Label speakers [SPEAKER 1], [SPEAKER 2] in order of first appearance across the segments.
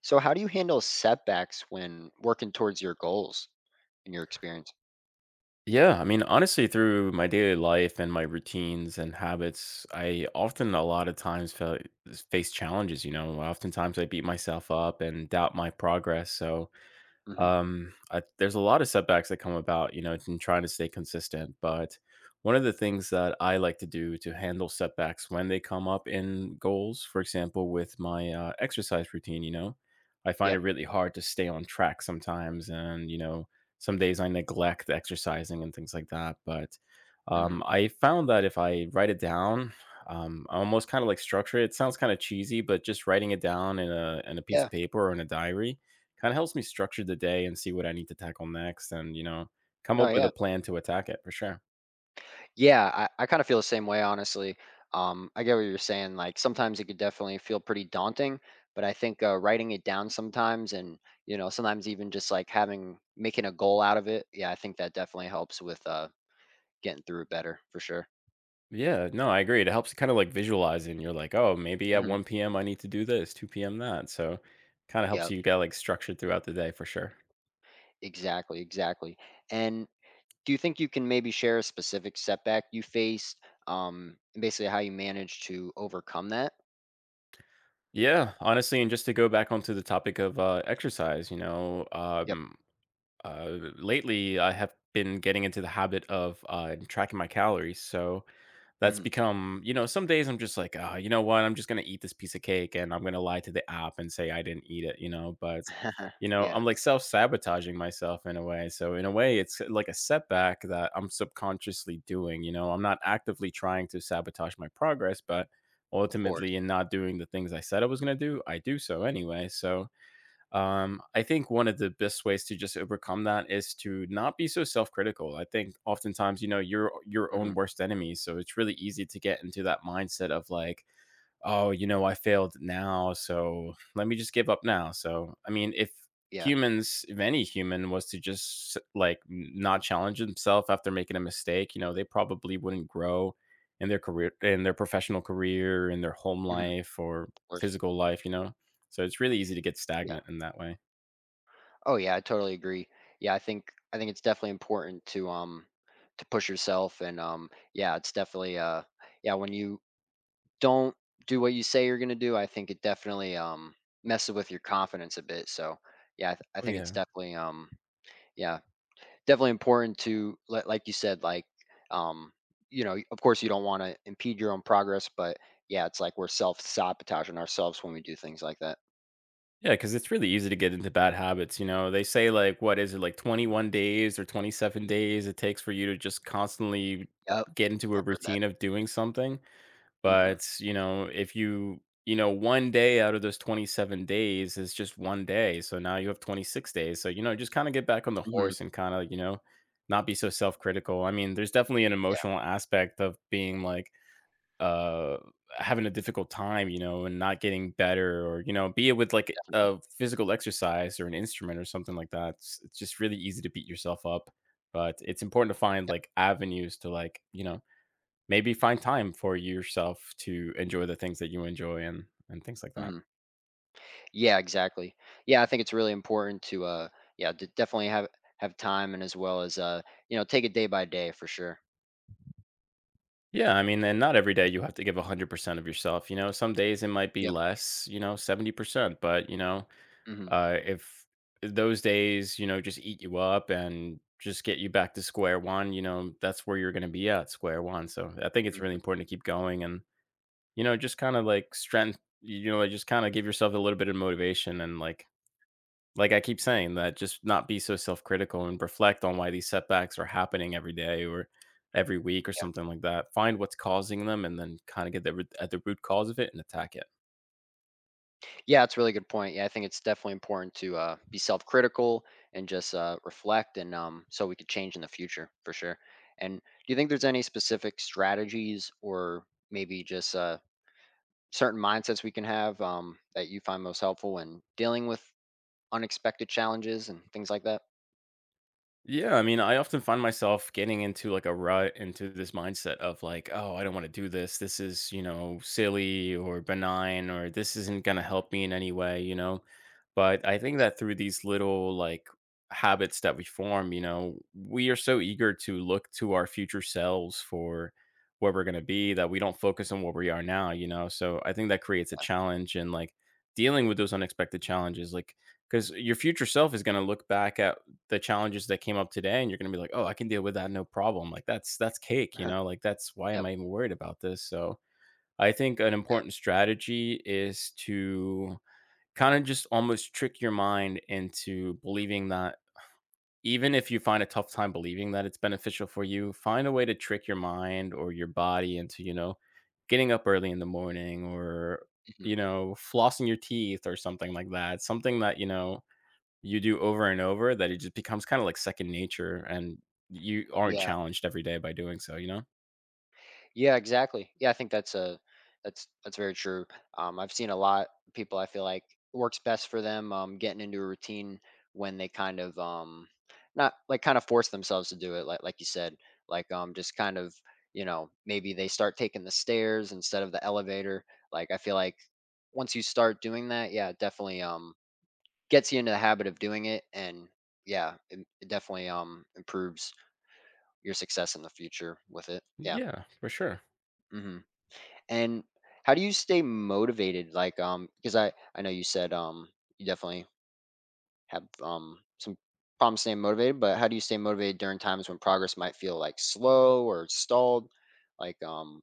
[SPEAKER 1] So, how do you handle setbacks when working towards your goals in your experience?
[SPEAKER 2] Yeah, I mean, honestly, through my daily life and my routines and habits, I often a lot of times face challenges. You know, oftentimes I beat myself up and doubt my progress. So,
[SPEAKER 1] Hmm.
[SPEAKER 2] there's a lot of setbacks that come about, you know, in trying to stay consistent. But one of the things that I like to do to handle setbacks when they come up in goals, for example, with my exercise routine, you know, I find it
[SPEAKER 1] Yep.
[SPEAKER 2] really hard to stay on track sometimes. And, you know, some days I neglect exercising and things like that. But
[SPEAKER 1] Mhm.
[SPEAKER 2] I found that if I write it down, I almost kind of like structure it. It sounds kind of cheesy, but just writing it down in a piece
[SPEAKER 1] Yeah.
[SPEAKER 2] of paper or in a diary, kind of helps me structure the day and see what I need to tackle next and, you know, come
[SPEAKER 1] No,
[SPEAKER 2] up with
[SPEAKER 1] yeah.
[SPEAKER 2] a plan to attack it for sure.
[SPEAKER 1] Yeah. I kind of feel the same way, honestly. I get what you're saying. Like sometimes it could definitely feel pretty daunting, but I think writing it down sometimes and, you know, sometimes even just like making a goal out of it. Yeah. I think that definitely helps with getting through it better for sure.
[SPEAKER 2] Yeah, no, I agree. It helps kind of like visualize and you're like, oh, maybe at
[SPEAKER 1] Hmm.
[SPEAKER 2] 1 p.m. I need to do this, 2 p.m. that. So kind of helps
[SPEAKER 1] Yep.
[SPEAKER 2] you get like structured throughout the day for sure.
[SPEAKER 1] Exactly. Exactly. And do you think you can maybe share a specific setback you faced, and basically how you managed to overcome that?
[SPEAKER 2] Yeah, honestly, and just to go back onto the topic of exercise, you know,
[SPEAKER 1] Yep.
[SPEAKER 2] uh, lately I have been getting into the habit of tracking my calories. So that's
[SPEAKER 1] Mhm.
[SPEAKER 2] become, you know, some days I'm just like, "Ah, you know what? I'm just gonna eat this piece of cake and I'm gonna lie to the app and say I didn't eat it," you know? But, you know,
[SPEAKER 1] Yeah,
[SPEAKER 2] I'm like self-sabotaging myself in a way. So in a way, it's like a setback that I'm subconsciously doing, you know? I'm not actively trying to sabotage my progress, but
[SPEAKER 1] of course.
[SPEAKER 2] ultimately in not doing the things I said I was gonna do, I do so anyway. So I think one of the best ways to just overcome that is to not be so self-critical. I think oftentimes, you know, you're your own
[SPEAKER 1] Mhm.
[SPEAKER 2] worst enemy, so it's really easy to get into that mindset of like, oh, you know, I failed now, so let me just give up now. So, I mean, if
[SPEAKER 1] Yeah.
[SPEAKER 2] humans, if any human was to just like not challenge himself after making a mistake, you know, they probably wouldn't grow in their career, in their professional career, in their home
[SPEAKER 1] Mhm.
[SPEAKER 2] life or
[SPEAKER 1] Of course.
[SPEAKER 2] physical life, you know? So it's really easy to get
[SPEAKER 1] Yeah.
[SPEAKER 2] stagnant in that way.
[SPEAKER 1] Oh, yeah, I totally agree. Yeah, I think it's definitely important to push yourself and, yeah, it's definitely, yeah, when you don't do what you say you're gonna do, I think it definitely, messes with your confidence a bit. So, yeah, I
[SPEAKER 2] Oh
[SPEAKER 1] think it's
[SPEAKER 2] yeah.
[SPEAKER 1] definitely, yeah. Definitely important to like you said, like um you know, of course you don't want to impede your own progress, but yeah, it's like we're self-sabotaging ourselves when we do things like that.
[SPEAKER 2] Yeah, because it's really easy to get into bad habits. You know, they say like, what is it, like 21 days or 27 days it takes for you to just constantly
[SPEAKER 1] Yep.
[SPEAKER 2] get into a
[SPEAKER 1] I've heard that.
[SPEAKER 2] routine of doing something.
[SPEAKER 1] Hmm.
[SPEAKER 2] But, you know, if you, you know, 1 day out of those 27 days is just 1 day. So now you have 26 days. So, you know, just kind of get back on the
[SPEAKER 1] Hmm.
[SPEAKER 2] horse and kind of, you know, not be so self critical. I mean, there's definitely an
[SPEAKER 1] Yeah,
[SPEAKER 2] emotional aspect of being like, uh having a difficult time, you know, and not getting better, or, you know, be it with like
[SPEAKER 1] definitely.
[SPEAKER 2] a physical exercise or an instrument or something like that, it's just really easy to beat yourself up, but it's important to find like avenues to, like, you know, maybe find time for yourself to enjoy the things that you enjoy and things like that.
[SPEAKER 1] Hmm. Yeah, exactly. Yeah, I think it's really important to yeah, to definitely have time, and as well as you know, take it day by day for sure.
[SPEAKER 2] Yeah, I mean, and not every day you have to give 100% of yourself, you know. Some days it might be
[SPEAKER 1] Yep.
[SPEAKER 2] less, you know, 70%, but you know,
[SPEAKER 1] Hmm.
[SPEAKER 2] If those days, you know, just eat you up and just get you back to square one, you know, that's where you're going to be, at square one. So I think it's really
[SPEAKER 1] Hmm.
[SPEAKER 2] important to keep going and, you know, just kind of like strength, you know, like just kind of give yourself a little bit of motivation and, like I keep saying, that just not be so self critical and reflect on why these setbacks are happening every day or every week or
[SPEAKER 1] Yeah.
[SPEAKER 2] something like that. Find what's causing them and then kind of get the, at the root cause of it and attack it.
[SPEAKER 1] Yeah, it's a really good point. Yeah, I think it's definitely important to be self-critical and just reflect, and so we could change in the future for sure. And do you think there's any specific strategies, or maybe just certain mindsets we can have that you find most helpful when dealing with unexpected challenges and things like that?
[SPEAKER 2] Yeah, I mean, I often find myself getting into like a rut, into this mindset of like, oh, I don't want to do this. This is, you know, silly or benign, or this isn't going to help me in any way, you know? But I think
[SPEAKER 1] Yeah.
[SPEAKER 2] that through these little like habits that we form, you know, we are so eager to look to our future selves for where we're going to be that we don't focus on where we are now, you know. So I think that creates a challenge and like dealing with those unexpected challenges, like because your future self is going to look back at the challenges that came up today and you're going to be like, oh, I can deal with that no problem. Like that's cake, you know, like that's, why am
[SPEAKER 1] Yep.
[SPEAKER 2] I even worried about this? So I think an
[SPEAKER 1] Yeah.
[SPEAKER 2] important strategy is to kinda just almost trick your mind into believing that, even if you find a tough time believing that it's beneficial for you, find a way to trick your mind or your body into, you know, getting up early in the morning or,
[SPEAKER 1] Mhm.
[SPEAKER 2] you know, flossing your teeth or something like that. Something that, you know, you do over and over that it just becomes kinda like second nature and you aren't
[SPEAKER 1] Yeah.
[SPEAKER 2] challenged every day by doing so, you know?
[SPEAKER 1] Yeah, exactly. Yeah, I think that's a that's very true. I've seen a lot of people. I feel like works best for them getting into a routine when they kind of not like kind of force themselves to do it. Like you said, like just kind of, you know, maybe they start taking the stairs instead of the elevator. Like I feel like once you start doing that, yeah, it definitely gets you into the habit of doing it, and yeah, it definitely improves your success in the future with it. Yeah.
[SPEAKER 2] Yeah, for sure.
[SPEAKER 1] Hmm. And how do you stay motivated? Like, because I know you said you definitely have some problems staying motivated, but how do you stay motivated during times when progress might feel like slow or stalled? Like,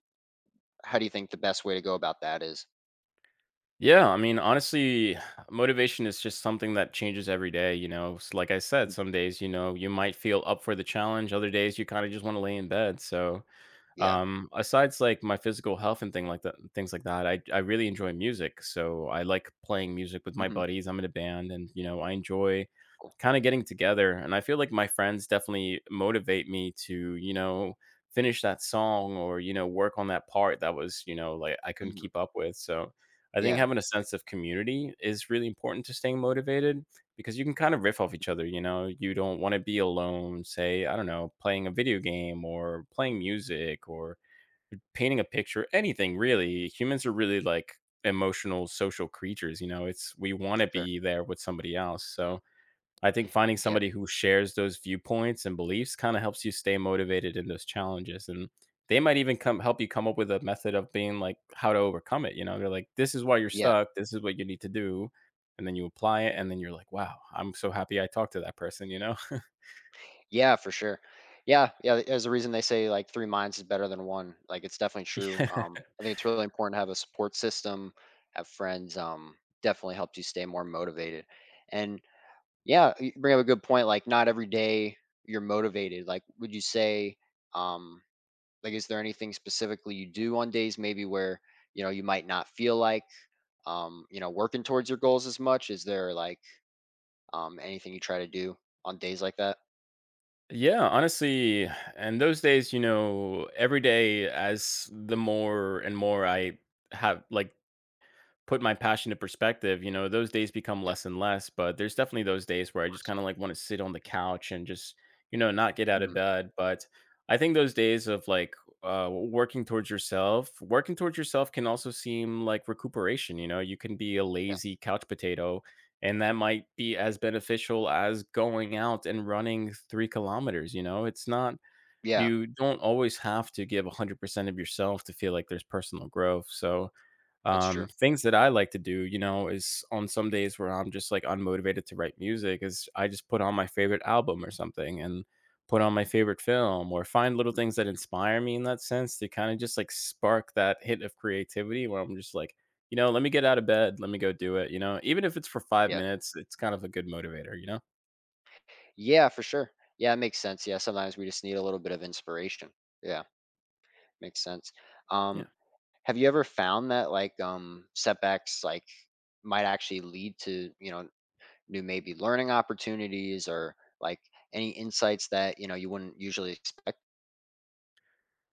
[SPEAKER 1] how do you think the best way to go about that is?
[SPEAKER 2] Yeah, I mean, honestly, motivation is just something that changes every day. You know, like I said,
[SPEAKER 1] Mhm.
[SPEAKER 2] some days, you know, you might feel up for the challenge. Other days, you kind of just want to lay in bed. So,
[SPEAKER 1] Yeah.
[SPEAKER 2] asides like my physical health and things like that, I really enjoy music. So I like playing music with my
[SPEAKER 1] Mm-hmm.
[SPEAKER 2] buddies. I'm in a band, and you know I enjoy
[SPEAKER 1] Cool.
[SPEAKER 2] kind of getting together. And I feel like my friends definitely motivate me to, you know, finish that song or, you know, work on that part that was, you know, like I couldn't
[SPEAKER 1] Mm-hmm.
[SPEAKER 2] keep up with. So I think
[SPEAKER 1] Yeah,
[SPEAKER 2] having a sense of community is really important to staying motivated because you can kind of riff off each other, you know? You don't wanna be alone, say, I don't know, playing a video game or playing music or painting a picture, anything really. Humans are really like emotional social creatures, you know? It's, we wanna
[SPEAKER 1] for sure.
[SPEAKER 2] be there with somebody else. So I think finding
[SPEAKER 1] Yeah.
[SPEAKER 2] somebody who shares those viewpoints and beliefs kinda helps you stay motivated in those challenges, and they might even come help you come up with a method of being like how to overcome it, you know? They're like, "This is why you're
[SPEAKER 1] Yeah.
[SPEAKER 2] stuck. This is what you need to do," and then you apply it, and then you're like, "Wow, I'm so happy I talked to that person," you know?
[SPEAKER 1] Yeah, for sure. Yeah, yeah, there's a reason they say, like, 3 minds is better than 1, like, it's definitely true,
[SPEAKER 2] Yeah.
[SPEAKER 1] I think it's really important to have a support system, have friends, definitely helps you stay more motivated, and yeah, you bring up a good point, like, not every day you're motivated, like, would you say, um like, is there anything specifically you do on days maybe where, you know, you might not feel like, you know, working towards your goals as much? Is there, like, anything you try to do on days like that?
[SPEAKER 2] Yeah, honestly, and those days, you know, every day as the more and more I have like put my passion to perspective, you know, those days become
[SPEAKER 1] Yeah,
[SPEAKER 2] less and less, but there's definitely those days where I just kind of like want to sit on the couch and just, you know, not get out of
[SPEAKER 1] mhm,
[SPEAKER 2] bed. But I think those days of like working towards yourself can also seem like recuperation. You know, you can be a lazy couch potato, and that might be as beneficial as going out and running 3 kilometers. You know, it's not,
[SPEAKER 1] yeah, yeah.
[SPEAKER 2] you don't always have to give 100% of yourself to feel like there's personal growth. So,
[SPEAKER 1] That's true.
[SPEAKER 2] things that I like to do, you know, is on some days where I'm just like unmotivated to write music, is I just put on my favorite album or something and put on my favorite film or find little
[SPEAKER 1] Mm,
[SPEAKER 2] things that inspire me in that sense to kind of just like spark that hit of creativity where I'm just like, you know, let me get out of bed, let me go do it, you know, even if it's for five
[SPEAKER 1] yeah.
[SPEAKER 2] minutes, it's kind of a good motivator, you know?
[SPEAKER 1] Yeah, for sure. Yeah, it makes sense. Yeah, sometimes we just need a little bit of inspiration. Yeah, makes sense.
[SPEAKER 2] Yeah.
[SPEAKER 1] Um, have you ever found that, like, setbacks like might actually lead to, you know, new maybe learning opportunities, or like any insights that, you know, you wouldn't usually expect?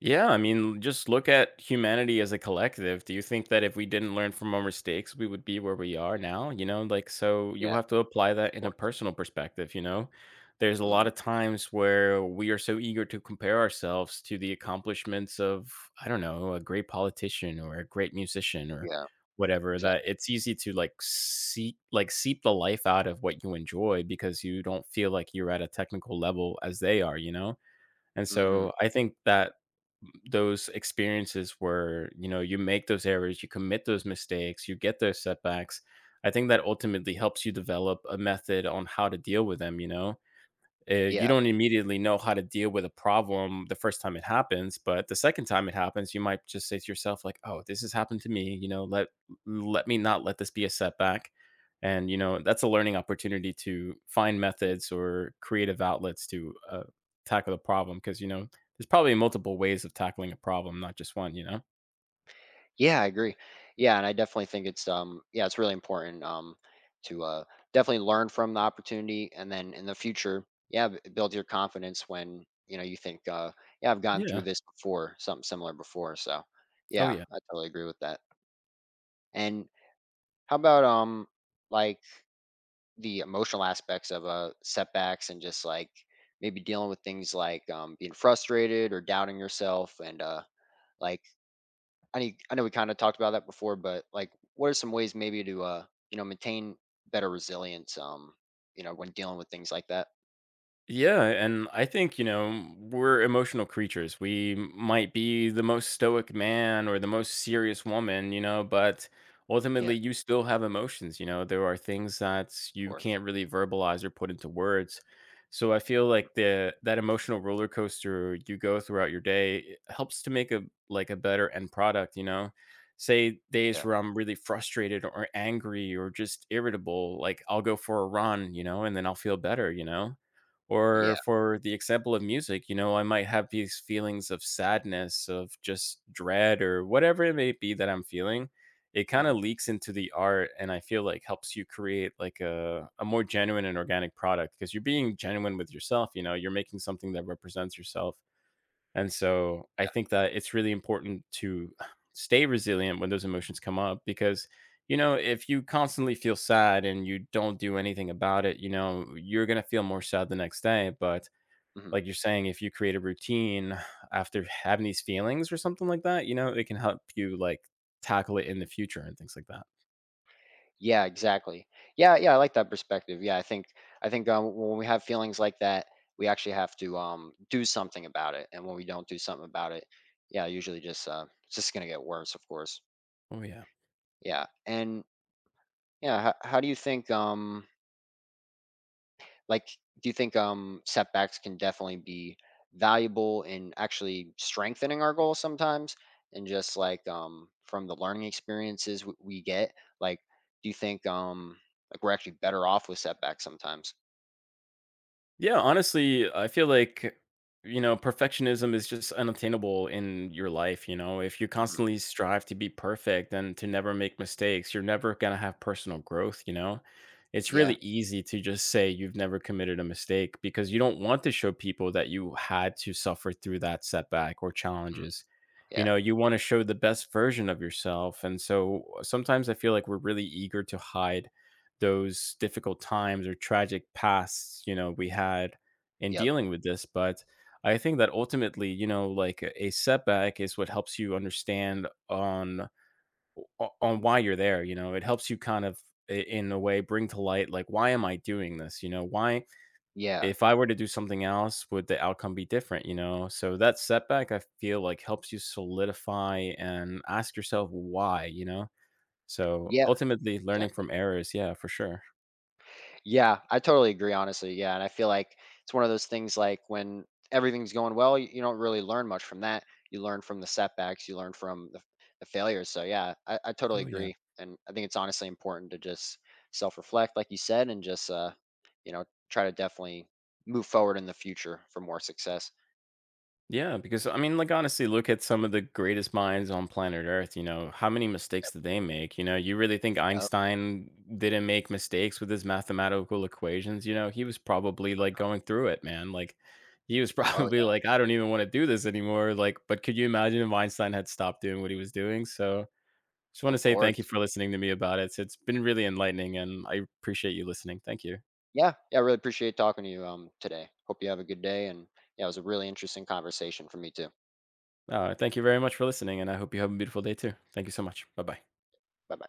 [SPEAKER 2] Yeah, I mean, just look at humanity as a collective. Do you think that if we didn't learn from our mistakes, we would be where we are now? You know, like, so you
[SPEAKER 1] Yeah, of
[SPEAKER 2] have to apply that in a
[SPEAKER 1] course.
[SPEAKER 2] personal perspective. You know, there's a lot
[SPEAKER 1] Mhm.
[SPEAKER 2] of times where we are so eager to compare ourselves to the accomplishments of, I don't know, a great politician or a great musician or
[SPEAKER 1] Yeah,
[SPEAKER 2] whatever, that
[SPEAKER 1] exactly.
[SPEAKER 2] it's easy to like seep the life out of what you enjoy because you don't feel like you're at a technical level as they are, you know? And
[SPEAKER 1] Mhm.
[SPEAKER 2] so I think that those experiences where, you know, you make those errors, you commit those mistakes, you get those setbacks, I think that ultimately helps you develop a method on how to deal with them, you know? You
[SPEAKER 1] Yeah.
[SPEAKER 2] don't immediately know how to deal with a problem the first time it happens, but the second time it happens, you might just say to yourself, like, "Oh, this has happened to me. You know, let me not let this be a setback." And you know, that's a learning opportunity to find methods or creative outlets to tackle the problem because you know, there's probably multiple ways of tackling a problem, not just one. You know?
[SPEAKER 1] Yeah, I agree. Yeah, and I definitely think it's yeah, it's really important to definitely learn from the opportunity, and then in the future, yeah, build your confidence when, you know, you think yeah, I've gone through
[SPEAKER 2] Yeah.
[SPEAKER 1] this before, something similar before, so
[SPEAKER 2] Oh
[SPEAKER 1] yeah,
[SPEAKER 2] yeah.
[SPEAKER 1] I totally agree with that. And how about like the emotional aspects of setbacks, and just like maybe dealing with things like being frustrated or doubting yourself, and like I know we kind of talked about that before, but like, what are some ways maybe to you know, maintain better resilience, you know, when dealing with things like that?
[SPEAKER 2] Yeah, and I think, you know, we're emotional creatures. We might be the most stoic man or the most serious woman, you know, but
[SPEAKER 1] Yeah, of
[SPEAKER 2] ultimately you still have emotions, you know. There are things that you
[SPEAKER 1] course.
[SPEAKER 2] can't really verbalize or put into words. So I feel like the that emotional roller coaster you go throughout your day it helps to make a like a better end product, you know. Say days
[SPEAKER 1] Yeah,
[SPEAKER 2] where I'm really frustrated or angry or just irritable, like I'll go for a run, you know, and then I'll feel better, you know,
[SPEAKER 1] yeah.
[SPEAKER 2] or for the example of music, you know, I might have these feelings of sadness, of just dread, or whatever it may be that I'm feeling. It kind
[SPEAKER 1] Hmm.
[SPEAKER 2] of leaks into the art, and I feel like helps you create like a more genuine and organic product because you're being genuine with yourself. You know, you're making something that represents yourself, and so I think that it's really important to stay resilient when those emotions come up because, you know, if you constantly feel sad and you don't do anything about it, you know, you're going to feel more sad the next day. But
[SPEAKER 1] Hmm.
[SPEAKER 2] like you're saying, if you create a routine after having these feelings or something like that, you know, it can help you like tackle it in the future and things like that.
[SPEAKER 1] Yeah, exactly. Yeah, yeah, I like that perspective. Yeah, I think when we have feelings like that, we actually have to do something about it, and when we don't do something about it, yeah, usually just it's just gonna get worse, of course.
[SPEAKER 2] Oh, yeah.
[SPEAKER 1] Yeah, and yeah, how do you think like, do you think setbacks can definitely be valuable in actually strengthening our goals sometimes? And just like from the learning experiences we get, like, do you think like we're actually better off with setbacks sometimes?
[SPEAKER 2] Yeah, honestly, I feel like, you know, perfectionism is just unattainable in your life. You know, if you
[SPEAKER 1] Mhm.
[SPEAKER 2] constantly strive to be perfect and to never make mistakes, you're never going to have personal growth. You know, it's really
[SPEAKER 1] Yeah.
[SPEAKER 2] easy to just say you've never committed a mistake because you don't want to show people that you had to suffer through that setback or
[SPEAKER 1] Mm,
[SPEAKER 2] challenges. You
[SPEAKER 1] yeah.
[SPEAKER 2] know, you want to show the best version of yourself. And so sometimes I feel like we're really eager to hide those difficult times or tragic pasts, you know, we had in
[SPEAKER 1] Yep.
[SPEAKER 2] dealing with this. But I think that ultimately, you know, like a setback is what helps you understand on on why you're there. You know, it helps you kind of in a way bring to light, like, why am I doing this? You know, why
[SPEAKER 1] Yeah.
[SPEAKER 2] if I were to do something else would the outcome be different? You know, so that setback I feel like helps you solidify and ask yourself why, you know. So
[SPEAKER 1] Yeah.
[SPEAKER 2] ultimately, learning
[SPEAKER 1] Exactly.
[SPEAKER 2] from errors, yeah, for sure.
[SPEAKER 1] Yeah, I totally agree, honestly. Yeah. And I feel like it's one of those things, like when everything's going well, you don't really learn much from that. You learn from the setbacks, you learn from the failures. So, yeah, I totally
[SPEAKER 2] Oh yeah.
[SPEAKER 1] agree. And I think it's honestly important to just self reflect, like you said, and just, you know, try to definitely move forward in the future for more success.
[SPEAKER 2] Yeah, because I mean, like honestly, look at some of the greatest minds on planet Earth. You know, how many mistakes did they make? You know, you really think
[SPEAKER 1] Yep.
[SPEAKER 2] Einstein didn't make mistakes with his mathematical equations? You know, he was probably like going through it, man. Like, he was
[SPEAKER 1] Oh,
[SPEAKER 2] probably
[SPEAKER 1] yeah,
[SPEAKER 2] like, I don't even want to do this anymore. Like, but could you imagine if Einstein had stopped doing what he was doing? So, just want to
[SPEAKER 1] of
[SPEAKER 2] say thank you
[SPEAKER 1] course.
[SPEAKER 2] for listening to me about it. It's been really enlightening, and I appreciate you listening. Thank you.
[SPEAKER 1] Yeah. Yeah. I really appreciate talking to you today. Hope you have a good day. And yeah, it was a really interesting conversation for me, too.
[SPEAKER 2] Thank you very much for listening, and I hope you have a beautiful day too. Thank you so much. Bye bye.
[SPEAKER 1] Bye bye.